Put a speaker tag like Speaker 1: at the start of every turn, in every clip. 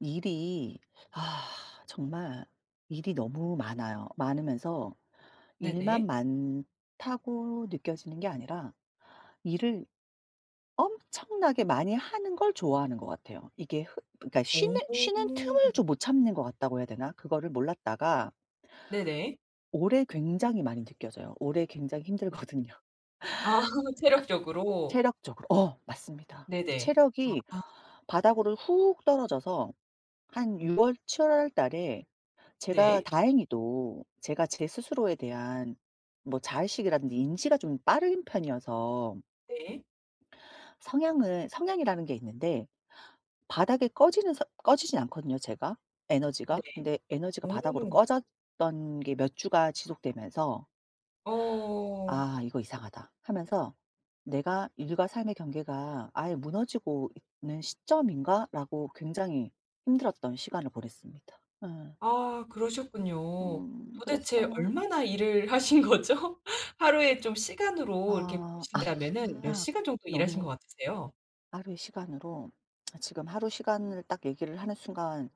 Speaker 1: 일이 아 정말 일이 너무 많아요. 많으면서 일만
Speaker 2: 네네.
Speaker 1: 많다고 느껴지는 게 아니라 일을 엄청나게 많이 하는 걸 좋아하는 것 같아요. 이게 흐 그러니까 쉬는
Speaker 2: 오.
Speaker 1: 틈을 좀 못 참는 것 같다고 해야 되나? 그거를 몰랐다가
Speaker 2: 네네.
Speaker 1: 올해 굉장히 많이 느껴져요. 올해 굉장히 힘들거든요.
Speaker 2: 아 체력적으로.
Speaker 1: 체력적으로. 어 맞습니다.
Speaker 2: 네네.
Speaker 1: 체력이
Speaker 2: 아
Speaker 1: 바닥으로 훅 떨어져서 한 6월 7월 달에 제가
Speaker 2: 네.
Speaker 1: 다행히도 제가 제 스스로에 대한 뭐 자의식이라든지 인지가 좀 빠른 편이어서
Speaker 2: 네.
Speaker 1: 성향은 성향이라는 게 있는데 바닥에 꺼지는 서 꺼지진 않거든요 제가, 에너지가.
Speaker 2: 네.
Speaker 1: 근데 에너지가 바닥으로 꺼졌던 게 몇 주가 지속되면서
Speaker 2: 오. 어.
Speaker 1: '아 이거 이상하다.' 하면서 '내가 일과 삶의 경계가 아예 무너지고 있는 시점인가?'라고 굉장히 힘들었던 시간을 보냈습니다. 예.
Speaker 2: 아 그러셨군요. 도대체
Speaker 1: 그랬어요.
Speaker 2: 얼마나 일을 하신 거죠? 하루에 좀 시간으로 이렇게
Speaker 1: 아.
Speaker 2: 보신다면은 몇
Speaker 1: 아.
Speaker 2: 시간 정도 일하신
Speaker 1: 너무
Speaker 2: 것 같으세요?
Speaker 1: 하루의 시간으로 지금 하루 시간을 딱 얘기를 하는 순간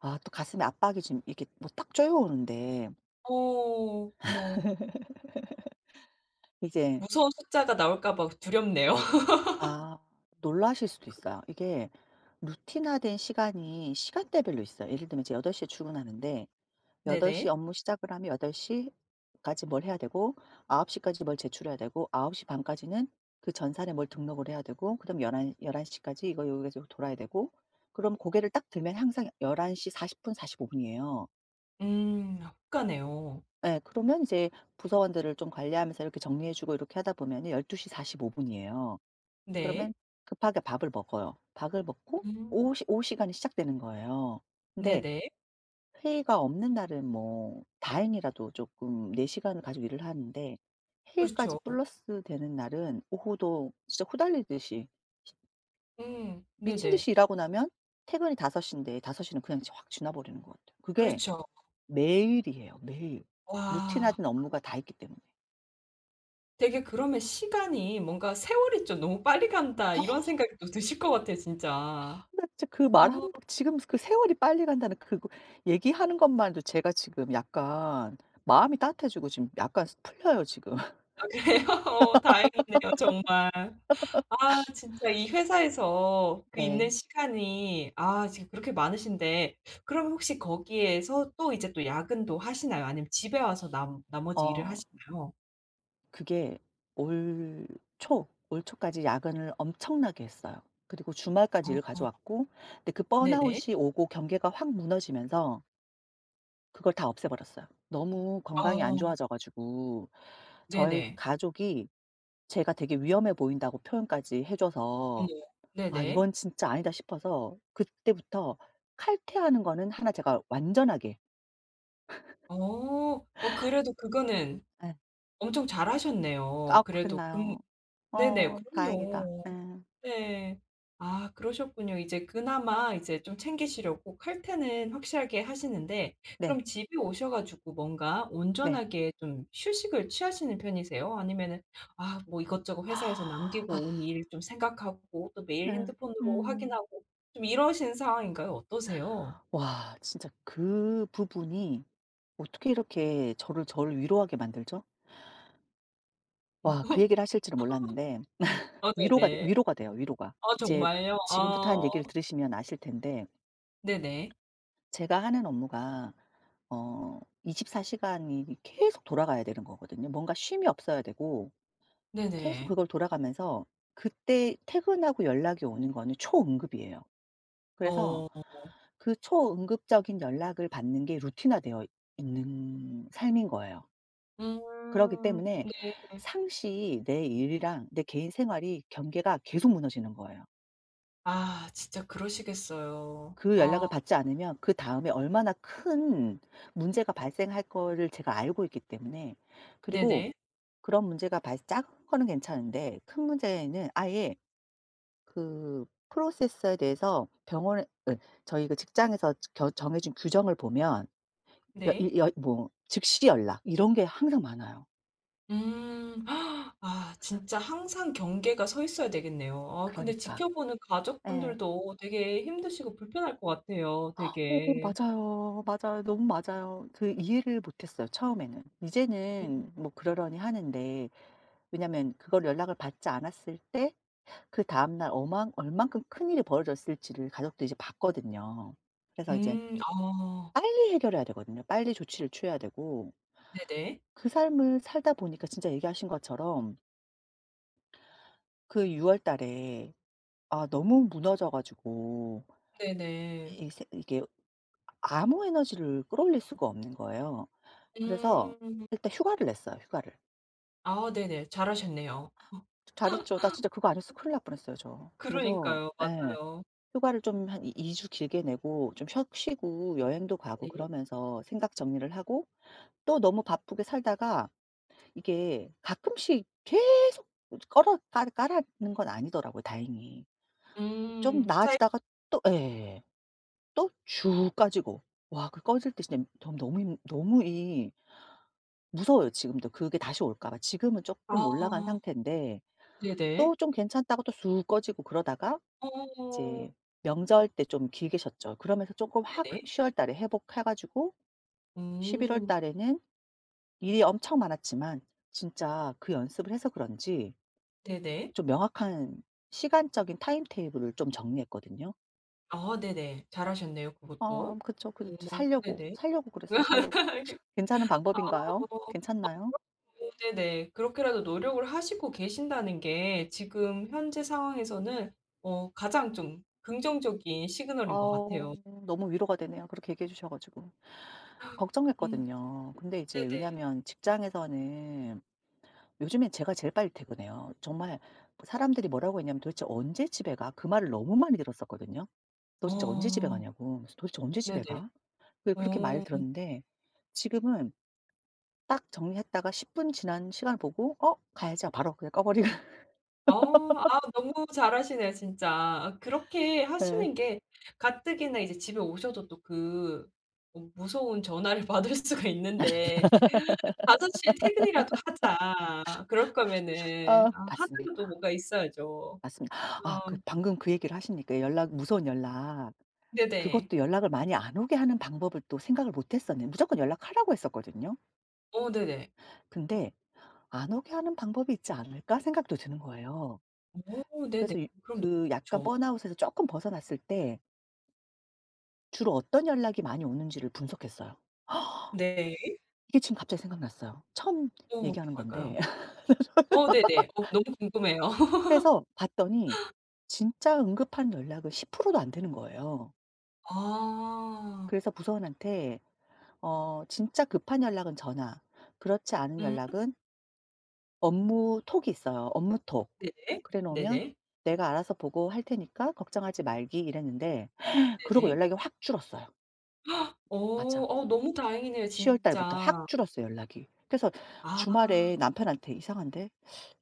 Speaker 1: 아 또 가슴에 압박이 지금 이게 뭐 딱 쪼여오는데
Speaker 2: 어. 어머.
Speaker 1: 이제
Speaker 2: 무서운 숫자가 나올까 봐 두렵네요.
Speaker 1: 아 놀라실 수도 있어요. 이게 루틴화된 시간이 시간대별로 있어요. 예를 들면 이제 8시에 출근하는데 8시
Speaker 2: 네네.
Speaker 1: 업무 시작을 하면 8시 까지 뭘 해야 되고 9시 까지 뭘 제출해야 되고 9시 반까지는 그 전산에 뭘 등록을 해야 되고 그다음 11 열한 시 까지 이거 여기서 지 돌아야 되고 그럼 고개를 딱 들면 항상 11시 40분 45 분이에요.
Speaker 2: 음. 혹가네요.
Speaker 1: 예. 그러면 이제 부서원들을 좀 관리하면서 이렇게 정리해 주고 이렇게 하다 보면 열두 12시 45분 분이에요.
Speaker 2: 네.
Speaker 1: 그러면 급하게 밥을 먹어요. 밥을 먹고
Speaker 2: 음.
Speaker 1: 오후 시간이 시작되는 거예요. 근데
Speaker 2: 네네.
Speaker 1: 회의가 없는 날은 뭐 다행이라도 조금 내 시간을 가지고 일을 하는데 회의까지
Speaker 2: 그렇죠.
Speaker 1: 플러스 되는 날은 오후도 진짜 후달리듯이 시
Speaker 2: 음.
Speaker 1: 미친
Speaker 2: 네네.
Speaker 1: 듯이 일하고 나면 퇴근이 5시 인데 5시는 그냥 확 지나 버리는 것 같아요. 그게
Speaker 2: 그렇죠.
Speaker 1: 매일이에요, 매일.
Speaker 2: 와.
Speaker 1: 루틴화된 업무가 다 있기 때문에.
Speaker 2: 되게 그러면 시간이 뭔가 '세월이 좀 너무 빨리 간다.'
Speaker 1: 아,
Speaker 2: 이런 생각이 또 드실 것 같아요 진짜.
Speaker 1: 나 진짜 그 말한번
Speaker 2: 어
Speaker 1: 지금 그 세월이 빨리 간다는 그 얘기하는 것만 해도 제가 지금 약간 마음이 따뜻해지고 지금 약간 풀려요 지금.
Speaker 2: 아 그래요? 어 다행이네요 정말. 아 진짜 이 회사에서 그 있는
Speaker 1: 네.
Speaker 2: 시간이 아 지금 그렇게 많으신데 그럼 혹시 거기에서 또 이제 또 야근도 하시나요? 아니면 집에 와서 남 나머지 일을
Speaker 1: 어.
Speaker 2: 하시나요?
Speaker 1: 그게 올 올 초까지 야근을 엄청나게 했어요. 그리고 주말까지 일을
Speaker 2: 어
Speaker 1: 가져왔고 근데 그
Speaker 2: 네네.
Speaker 1: 번아웃이 오고 경계가 확 무너지면서 그걸 다 없애 버렸어요. 너무 건강이 안
Speaker 2: 어
Speaker 1: 좋아져 가지고 저희
Speaker 2: 네네.
Speaker 1: 가족이 제가 되게 위험해 보인다고 표현까지 해
Speaker 2: 어머.
Speaker 1: 줘서 '아
Speaker 2: 네네.
Speaker 1: 이건 진짜 아니다.' 싶어서 그때부터 칼퇴하는 거는 하나 제가 완전하게.
Speaker 2: 어. 어 그래도 그거는
Speaker 1: 예.
Speaker 2: 엄청
Speaker 1: 아
Speaker 2: 잘하셨네요. 그래도 금
Speaker 1: 그랬나요?
Speaker 2: 네네.
Speaker 1: 어 다행이다.
Speaker 2: 그럼요.
Speaker 1: 예.
Speaker 2: 네. 아 그러셨군요. 이제 그나마 이제 좀 챙기시려고 칼퇴는 확실하게 하시는데
Speaker 1: 네.
Speaker 2: 그럼 집에 오셔 가지고 뭔가
Speaker 1: 네.
Speaker 2: 온전하게 좀 휴식을 취하시는 편이세요? 아니면은 아 뭐 이것저것 회사에서 남기고 온
Speaker 1: 아.
Speaker 2: 일 좀 생각하고 또 매일
Speaker 1: 예.
Speaker 2: 핸드폰으로
Speaker 1: 음.
Speaker 2: 확인하고 좀 이러신 상황인가요? 어떠세요?
Speaker 1: 와 진짜 그 부분이 어떻게 이렇게 저를 위로하게 만들죠? 와 그 얘기를 하실 줄은 몰랐는데
Speaker 2: 어 네네.
Speaker 1: 위로가 돼요, 위로가.
Speaker 2: 아
Speaker 1: 이제
Speaker 2: 정말요?
Speaker 1: 지금부터
Speaker 2: 아.
Speaker 1: 한 얘기를 들으시면 아실 텐데
Speaker 2: 네네.
Speaker 1: 제가 하는 업무가 어 24 시간이 계속 돌아가야 되는 거거든요. 뭔가 쉼이 없어야 되고 계속
Speaker 2: 네네.
Speaker 1: 그걸 돌아가면서 그때 퇴근하고 연락이 오는 거는 초응급이에요. 그래서
Speaker 2: 어.
Speaker 1: 그 초응급적인 연락을 받는 게 루틴화되어 있는 삶인 거예요. 그렇기 때문에
Speaker 2: 네.
Speaker 1: 상시 내 일이랑 내 개인 생활이 경계가 계속 무너지는 거예요.
Speaker 2: 아 진짜 그러시겠어요.
Speaker 1: 그 연락을
Speaker 2: 아
Speaker 1: 받지 않으면 그다음에 얼마나 큰 문제가 발생할 거를 제가 알고 있기 때문에. 그리고
Speaker 2: 네네.
Speaker 1: 그런 문제가 발 작은 거는 괜찮은데 큰 문제는 아예 그 프로세스에 대해서 병원에 으 저희 그 직장에서 겨 정해준 규정을 보면 여
Speaker 2: 네.
Speaker 1: 이 여 뭐 즉시 연락 이런 게 항상 많아요.
Speaker 2: 음. 아 아, 진짜 항상 경계가 서 있어야 되겠네요. 아 근데
Speaker 1: 그러니까.
Speaker 2: 지켜보는
Speaker 1: 예.
Speaker 2: 가족분들도 되게 힘드시고 불편할 것 같아요
Speaker 1: 오,
Speaker 2: 되게.
Speaker 1: 맞아요. 맞아요. 너무 맞아요. 그 이해를 못했어요 처음에는.
Speaker 2: 음.
Speaker 1: 이제는 뭐 그러려니 하는데 왜냐면 그걸 연락을 받지 않았을 때 그다음 날 어만 얼만큼 큰일이 벌어졌을지를 가족들이 이제 봤거든요. 그래서 이제
Speaker 2: 아
Speaker 1: 빨리 해결해야 되거든요. 빨리 조치를 취해야 되고
Speaker 2: 네네.
Speaker 1: 그 삶을 살다 보니까 진짜 얘기하신 것처럼 그 6월 달에 아 너무 무너져 가지고
Speaker 2: 네네.
Speaker 1: 이 세 이게 아무 에너지를 끌어올릴 수가 없는 거예요. 그래서
Speaker 2: 음.
Speaker 1: 일단 휴가를 냈어요, 휴가를.
Speaker 2: 아 네네. 잘하셨네요.
Speaker 1: 잘했죠. 나 진짜 그거 안했었어 큰일 날 뻔했어요, 저. 그래서
Speaker 2: 그러니까요.
Speaker 1: 예.
Speaker 2: 맞아요.
Speaker 1: 휴가를 좀 한 이 2 주 길게 내고 좀 쉬 쉬고 여행도 가고
Speaker 2: 네.
Speaker 1: 그러면서 생각 정리를 하고 또 너무 바쁘게 살다가 이게 가끔씩 계속 깔아는 건 아니더라고요, 다행히. 좀
Speaker 2: 음. 사이
Speaker 1: 나아지다가 또 예. 또 쭉 까지고 와 그 꺼질 때 진짜 너무 너무 힘 너무 이 무서워요 지금도 그게 다시 올까 봐. 지금은 조금 올라간
Speaker 2: 아
Speaker 1: 상태인데
Speaker 2: 네네.
Speaker 1: 또 좀 괜찮다고 또 쑥 꺼지고 그러다가
Speaker 2: 어
Speaker 1: 이제 명절 때 좀 길게 쉬었죠. 그러면서 조금 확
Speaker 2: 네네.
Speaker 1: 10월 달에 회복해 가지고 11월
Speaker 2: 음.
Speaker 1: 달에는 일이 엄청 많았지만 진짜 그 연습을 해서 그런지
Speaker 2: 네네.
Speaker 1: 좀 명확한 시간적인 타임 테이블을 좀 정리했거든요.
Speaker 2: 아 네네. 잘하셨네요
Speaker 1: 어
Speaker 2: 그것도.
Speaker 1: 그쵸.
Speaker 2: 네네.
Speaker 1: 살려고 그랬어요 살려고. 괜찮은 방법인가요?
Speaker 2: 어
Speaker 1: 괜찮나요?
Speaker 2: 네네. 그렇게라도 노력을 하시고 계신다는 게 지금 현재 상황에서는 어 가장 좀 긍정적인 시그널인 것
Speaker 1: 아우
Speaker 2: 같아요.
Speaker 1: 너무 위로가 되네요 그렇게 얘기해 주셔 가지고.
Speaker 2: 음
Speaker 1: 걱정했거든요. 근데 이제
Speaker 2: 네네.
Speaker 1: 왜냐면 직장에서는 요즘엔 제가 제일 빨리 퇴근해요. 정말 사람들이 뭐라고 했냐면 "도대체 언제 집에 가?" 그 말을 너무 많이 들었었거든요. "너 진짜 언제 집에
Speaker 2: 어
Speaker 1: 가냐고." 그래서 "도대체 언제
Speaker 2: 네네.
Speaker 1: 집에 가?" 그렇게 말을
Speaker 2: 어.
Speaker 1: 들었는데 지금은 딱 정리했다가 10분 지난 시간을 보고 '어 가야지.' 바로 그냥 꺼 버리고.
Speaker 2: 어 아 너무 잘하시네요 진짜. 아 그렇게
Speaker 1: 예.
Speaker 2: 하시는 게 가뜩이나 이제 집에 오셔도 또 그 어 무서운 전화를 받을 수가 있는데 5시에 퇴근이라도 하자. 그럴
Speaker 1: 어
Speaker 2: 거면은 아 하나라도
Speaker 1: 맞습니다.
Speaker 2: 뭔가 있어야죠.
Speaker 1: 맞습니다. 아 그
Speaker 2: 어
Speaker 1: 방금 그 얘기를 하시니까 연락, 무서운 연락,
Speaker 2: 네네.
Speaker 1: 그것도 연락을 많이 안 오게 하는 방법을 또 생각을 못 했었네요. 무조건 연락하라고 했었거든요.
Speaker 2: 어 네네.
Speaker 1: 근데 '안 오게 하는 방법이 있지 않을까?' 생각도 드는 거예요.
Speaker 2: 어 네네.
Speaker 1: 그래서 이
Speaker 2: 그럼 너무
Speaker 1: 그 약간
Speaker 2: 좋죠.
Speaker 1: 번아웃에서 조금 벗어났을 때 주로 어떤 연락이 많이 오는지를 분석했어요.
Speaker 2: 네.
Speaker 1: 이게 지금 갑자기 생각났어요. 처음
Speaker 2: 어 어떤
Speaker 1: 얘기하는 건데.
Speaker 2: 걸까요? 어 네네. 어 너무 궁금해요.
Speaker 1: 그래서 봤더니 진짜 응급한 연락은 10%도 안 되는 거예요.
Speaker 2: 아.
Speaker 1: 그래서 부서원한테 어 "진짜 급한 연락은 전화. 그렇지 않은
Speaker 2: 음
Speaker 1: 연락은 업무 톡이 있어요, 업무 톡.
Speaker 2: 네네.
Speaker 1: 그래 놓으면
Speaker 2: 네네.
Speaker 1: "내가 알아서 보고 할 테니까 걱정하지 말기." 이랬는데 그러고
Speaker 2: 네네.
Speaker 1: 연락이 확 줄었어요.
Speaker 2: 어
Speaker 1: 맞아.
Speaker 2: 어 너무 다행이네요
Speaker 1: 10월 달부터 확
Speaker 2: 진짜.
Speaker 1: 줄었어요, 연락이. 그래서
Speaker 2: 아.
Speaker 1: 주말에 남편한테 "이상한데?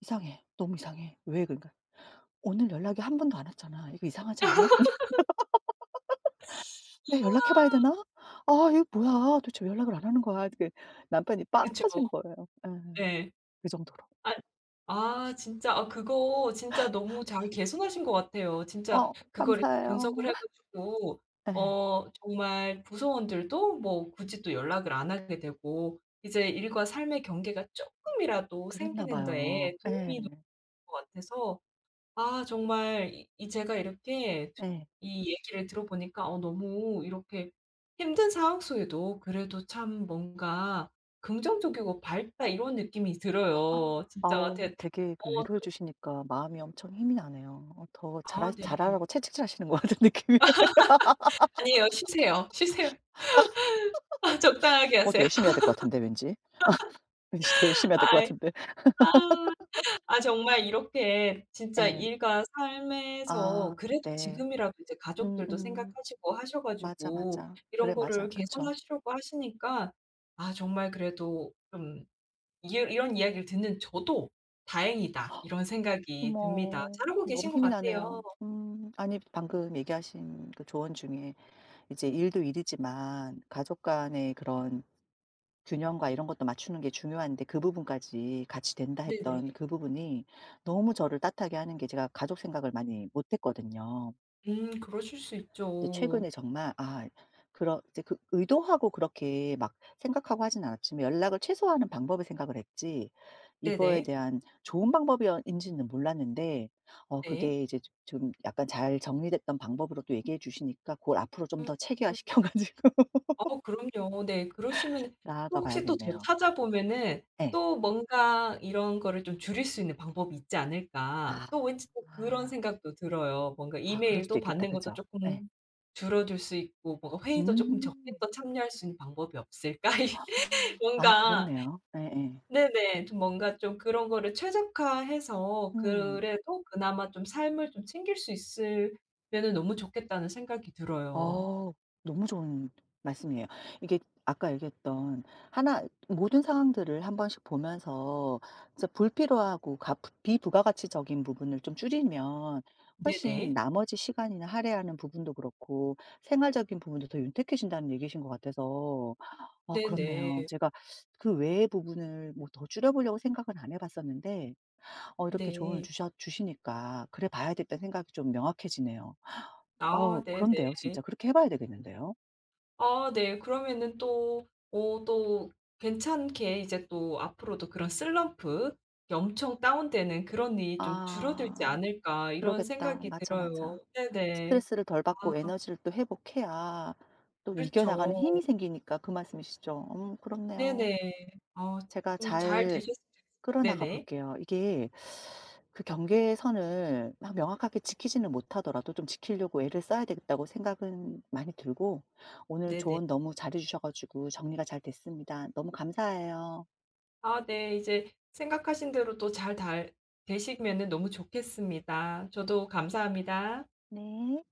Speaker 1: 이상해. 너무 이상해." "왜?" 그러니까 "오늘 연락이 한 번도 안 왔잖아. 이거 이상하지 않아? 내가 연락해 봐야
Speaker 2: 우와.
Speaker 1: 되나? 아 이거 뭐야. 도대체 왜 연락을 안 하는 거야?" 이게 남편이 빵
Speaker 2: 그쵸.
Speaker 1: 터진 거예요. 예.
Speaker 2: 예.
Speaker 1: 그 정도로.
Speaker 2: 아 아 진짜 아 그거 진짜 너무 잘 개선하신 것 같아요. 진짜
Speaker 1: "어
Speaker 2: 그걸 이렇게 분석을
Speaker 1: 감사해요."
Speaker 2: 해 가지고
Speaker 1: 예.
Speaker 2: 어 정말 구성원들도 뭐 굳이 또 연락을 안 하게 되고 이제 일과 삶의 경계가 쪼끔이라도
Speaker 1: 그랬나
Speaker 2: 생기는
Speaker 1: 봐요.
Speaker 2: 데에
Speaker 1: 예.
Speaker 2: 도움이 될 것 같아서 아 정말 이 이 제가 이렇게 드
Speaker 1: 예.
Speaker 2: 이 얘기를 들어보니까 어 너무 이렇게 힘든 상황 속에도 그래도 참 뭔가 긍정적이고 밝다 이런 느낌이 들어요.
Speaker 1: 아,
Speaker 2: 진짜
Speaker 1: 아우
Speaker 2: 대
Speaker 1: 되게 그 위로해
Speaker 2: 어
Speaker 1: 주시니까 마음이 엄청 힘이 나네요. 어 더
Speaker 2: 아 네.
Speaker 1: 잘하라고 채찍질 하시는 것 같은 느낌이에요.
Speaker 2: 아니에요. 쉬세요. 쉬세요. 아 적당하게
Speaker 1: 어 더
Speaker 2: 하세요.
Speaker 1: 열심히 해야 될 것 같은데 왠지. 왠지 더 열심히 해야 될 것
Speaker 2: 아이
Speaker 1: 같은데.
Speaker 2: 아 아 정말 이렇게 진짜
Speaker 1: 예.
Speaker 2: 일과 삶에서
Speaker 1: 아
Speaker 2: 그래도
Speaker 1: 네.
Speaker 2: 지금이라도 이제 가족들도
Speaker 1: 음음.
Speaker 2: 생각하시고 하셔
Speaker 1: 맞아,
Speaker 2: 가지고
Speaker 1: 맞아.
Speaker 2: 이런
Speaker 1: 그래 맞아.
Speaker 2: 거를
Speaker 1: 그쵸.
Speaker 2: 개선하시려고 하시니까 아 정말 그래도 좀 이 이런 이야기를 듣는 저도 '다행이다.' 이런 생각이 듭니다.
Speaker 1: 어머
Speaker 2: 잘하고
Speaker 1: 너무
Speaker 2: 계신 것
Speaker 1: 힘이
Speaker 2: 같아요.
Speaker 1: 나네요. 아니 방금 얘기하신 그 조언 중에 이제 일도 일이지만 가족 간의 그런 균형과 이런 것도 맞추는 게 중요한데 그 부분까지 같이 된다
Speaker 2: 네네.
Speaker 1: 했던 그 부분이 너무 저를 따뜻하게 하는 게 제가 가족 생각을 많이 못 했거든요.
Speaker 2: 그러실 수
Speaker 1: 근데
Speaker 2: 있죠.
Speaker 1: 최근에 정말 아 그런 이제 그 의도하고 그렇게 막 생각하고 하진 않았지만 연락을 최소화하는 방법을 생각을 했지 이거에
Speaker 2: 네네.
Speaker 1: 대한 좋은 방법인지는 몰랐는데 어
Speaker 2: 네.
Speaker 1: 그게 이제 좀 약간 잘 정리됐던 방법으로 또 얘기해 주시니까 그걸 앞으로 좀
Speaker 2: 음.
Speaker 1: 더 체계화 시켜 가지고
Speaker 2: 어 그럼요. 네. 그러시면은
Speaker 1: 나아가
Speaker 2: 혹시 또 더
Speaker 1: 봐야겠네요.
Speaker 2: 찾아보면은
Speaker 1: 네.
Speaker 2: 또 뭔가 이런 거를 좀 줄일 수 있는 방법이 있지 않을까.
Speaker 1: 아.
Speaker 2: 또 왠지 또 그런 생각도 들어요. 뭔가
Speaker 1: 아 그럴 수도
Speaker 2: 이메일도
Speaker 1: 있겠다.
Speaker 2: 받는 것도
Speaker 1: 그죠? 예.
Speaker 2: 쪼끔 줄어들 수 있고 뭔가 회의도 쪼끔 적게
Speaker 1: 음.
Speaker 2: 또 참여할 수 있는 방법이 없을까?
Speaker 1: 아
Speaker 2: 뭔가
Speaker 1: 그렇네요. 예예.
Speaker 2: 네네. 좀 뭔가 좀 그런 거를 최적화해서
Speaker 1: 음.
Speaker 2: 그래도 그나마 좀 삶을 좀 챙길 수 있으면은 너무 좋겠다는 생각이 들어요.
Speaker 1: 어 너무 좋은 말씀이에요. 이게 아까 얘기했던 하나 모든 상황들을 한 번씩 보면서 진짜 불필요하고 가 비부가가치적인 부분을 좀 줄이면 훨씬
Speaker 2: 네네.
Speaker 1: 나머지 시간이나 할애하는 부분도 그렇고 생활적인 부분도 더 윤택해진다는 얘기신 것 같아서 아
Speaker 2: 네네.
Speaker 1: 그렇네요. 제가 그 외의 부분을 뭐 더 줄여 보려고 생각은 안 해 봤었는데 어 이렇게 조언을
Speaker 2: 네.
Speaker 1: 주셨 주시니까 '그래 봐야겠다.'는 생각이 좀 명확해지네요. 어
Speaker 2: 아 네네.
Speaker 1: 그런데요 진짜. 그렇게 해 봐야 되겠는데요.
Speaker 2: 아 네. 그러면은 또 어 또 괜찮게 이제 또 앞으로도 그런 슬럼프 엄청 다운되는 그런 일이 좀 줄어들지
Speaker 1: 아
Speaker 2: 않을까 이런
Speaker 1: 그러겠다.
Speaker 2: 생각이
Speaker 1: 맞아,
Speaker 2: 들어요.
Speaker 1: 맞아.
Speaker 2: 네네.
Speaker 1: 스트레스를 덜
Speaker 2: 아
Speaker 1: 받고 에너지를 또 회복해야 또
Speaker 2: 그렇죠.
Speaker 1: 이겨나가는 힘이 생기니까 그 말씀이시죠. 그렇네요.
Speaker 2: 네네. 아
Speaker 1: 제가
Speaker 2: 좀 잘
Speaker 1: 잘
Speaker 2: 되셨으면
Speaker 1: 끌어나가
Speaker 2: 네네.
Speaker 1: 볼게요. 이게 그 경계선을 막 명확하게 지키지는 못하더라도 좀 지키려고 애를 써야 되겠다고 생각은 많이 들고 오늘
Speaker 2: 네네.
Speaker 1: 조언 너무 잘해 주셔 가지고 정리가 잘 됐습니다. 너무 감사해요.
Speaker 2: 아 네. 이제 생각하신 대로 또 잘 달 되시면은 너무 좋겠습니다. 저도 감사합니다.
Speaker 1: 네.